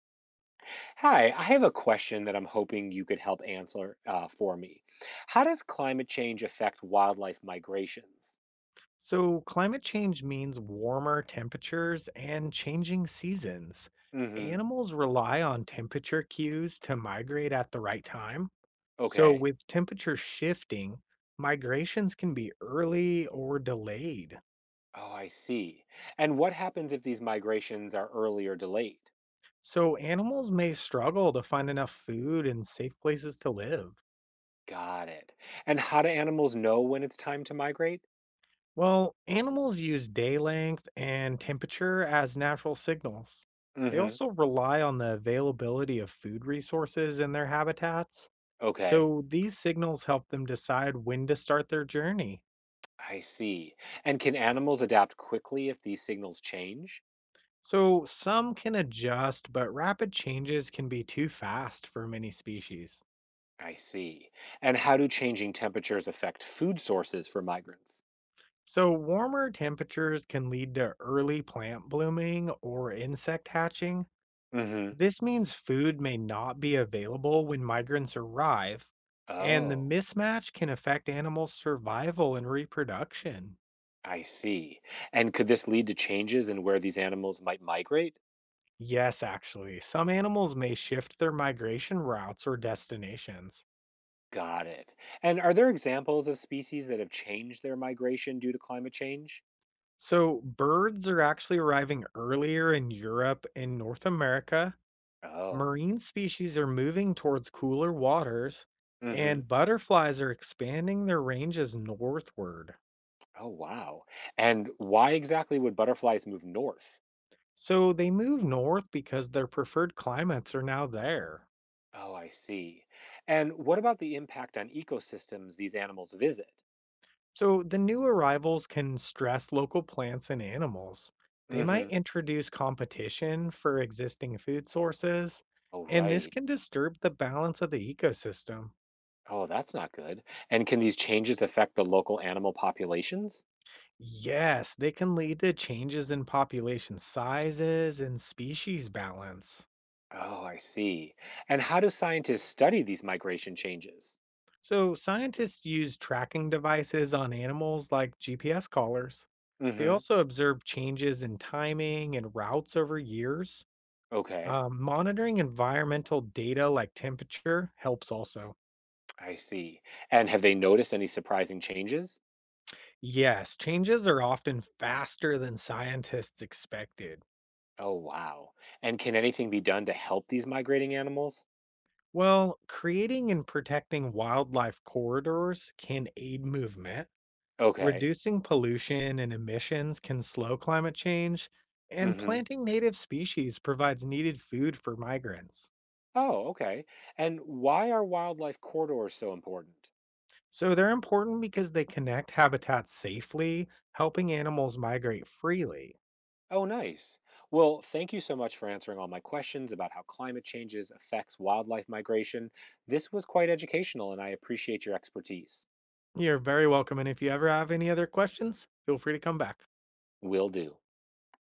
Hi, I have a question that I'm hoping you could help answer for me. How does climate change affect wildlife migrations? So, climate change means warmer temperatures and changing seasons. Mm-hmm. Animals rely on temperature cues to migrate at the right time. So, Okay. with temperature shifting, migrations can be early or delayed. Oh, I see. And what happens if these migrations are early or delayed? So, animals may struggle to find enough food and safe places to live. Got it. And how do animals know when it's time to migrate? Well, animals use day length and temperature as natural signals. They Mm-hmm. also rely on the availability of food resources in their habitats. Okay. So these signals help them decide when to start their journey. I see. And can animals adapt quickly if these signals change? So some can adjust, but rapid changes can be too fast for many species. I see. And how do changing temperatures affect food sources for migrants? So warmer temperatures can lead to early plant blooming or insect hatching. Mm-hmm. This means food may not be available when migrants arrive, and the Oh. mismatch can affect animals' survival and reproduction. I see. And could this lead to changes in where these animals might migrate? Yes, actually, some animals may shift their migration routes or destinations. Got it. And are there examples of species that have changed their migration due to climate change? So, birds are actually arriving earlier in Europe and North America. Oh. Marine species are moving towards cooler waters, Mm-hmm. and butterflies are expanding their ranges northward. Oh, wow. And why exactly would butterflies move north? So they move north because their preferred climates are now there. Oh, I see. And what about the impact on ecosystems these animals visit? So the new arrivals can stress local plants and animals. They might Mm-hmm. introduce competition for existing food sources, Oh, and this right. can disturb the balance of the ecosystem. Oh, that's not good. And can these changes affect the local animal populations? Yes, they can lead to changes in population sizes and species balance. Oh, I see. And how do scientists study these migration changes? So, scientists use tracking devices on animals like GPS collars. They Hmm. also observe changes in timing and routes over years. Okay, Monitoring environmental data like temperature helps also. I see. And have they noticed any surprising changes? Yes, changes are often faster than scientists expected. Oh, wow. And can anything be done to help these migrating animals? Well, creating and protecting wildlife corridors can aid movement. Okay. Reducing pollution and emissions can slow climate change, and Hmm. planting native species provides needed food for migrants. Oh, okay. And why are wildlife corridors so important? So they're important because they connect habitats safely, helping animals migrate freely. Oh, nice. Well, thank you so much for answering all my questions about how climate changes affects wildlife migration. This was quite educational, and I appreciate your expertise. You're very welcome. And if you ever have any other questions, feel free to come back. Will do.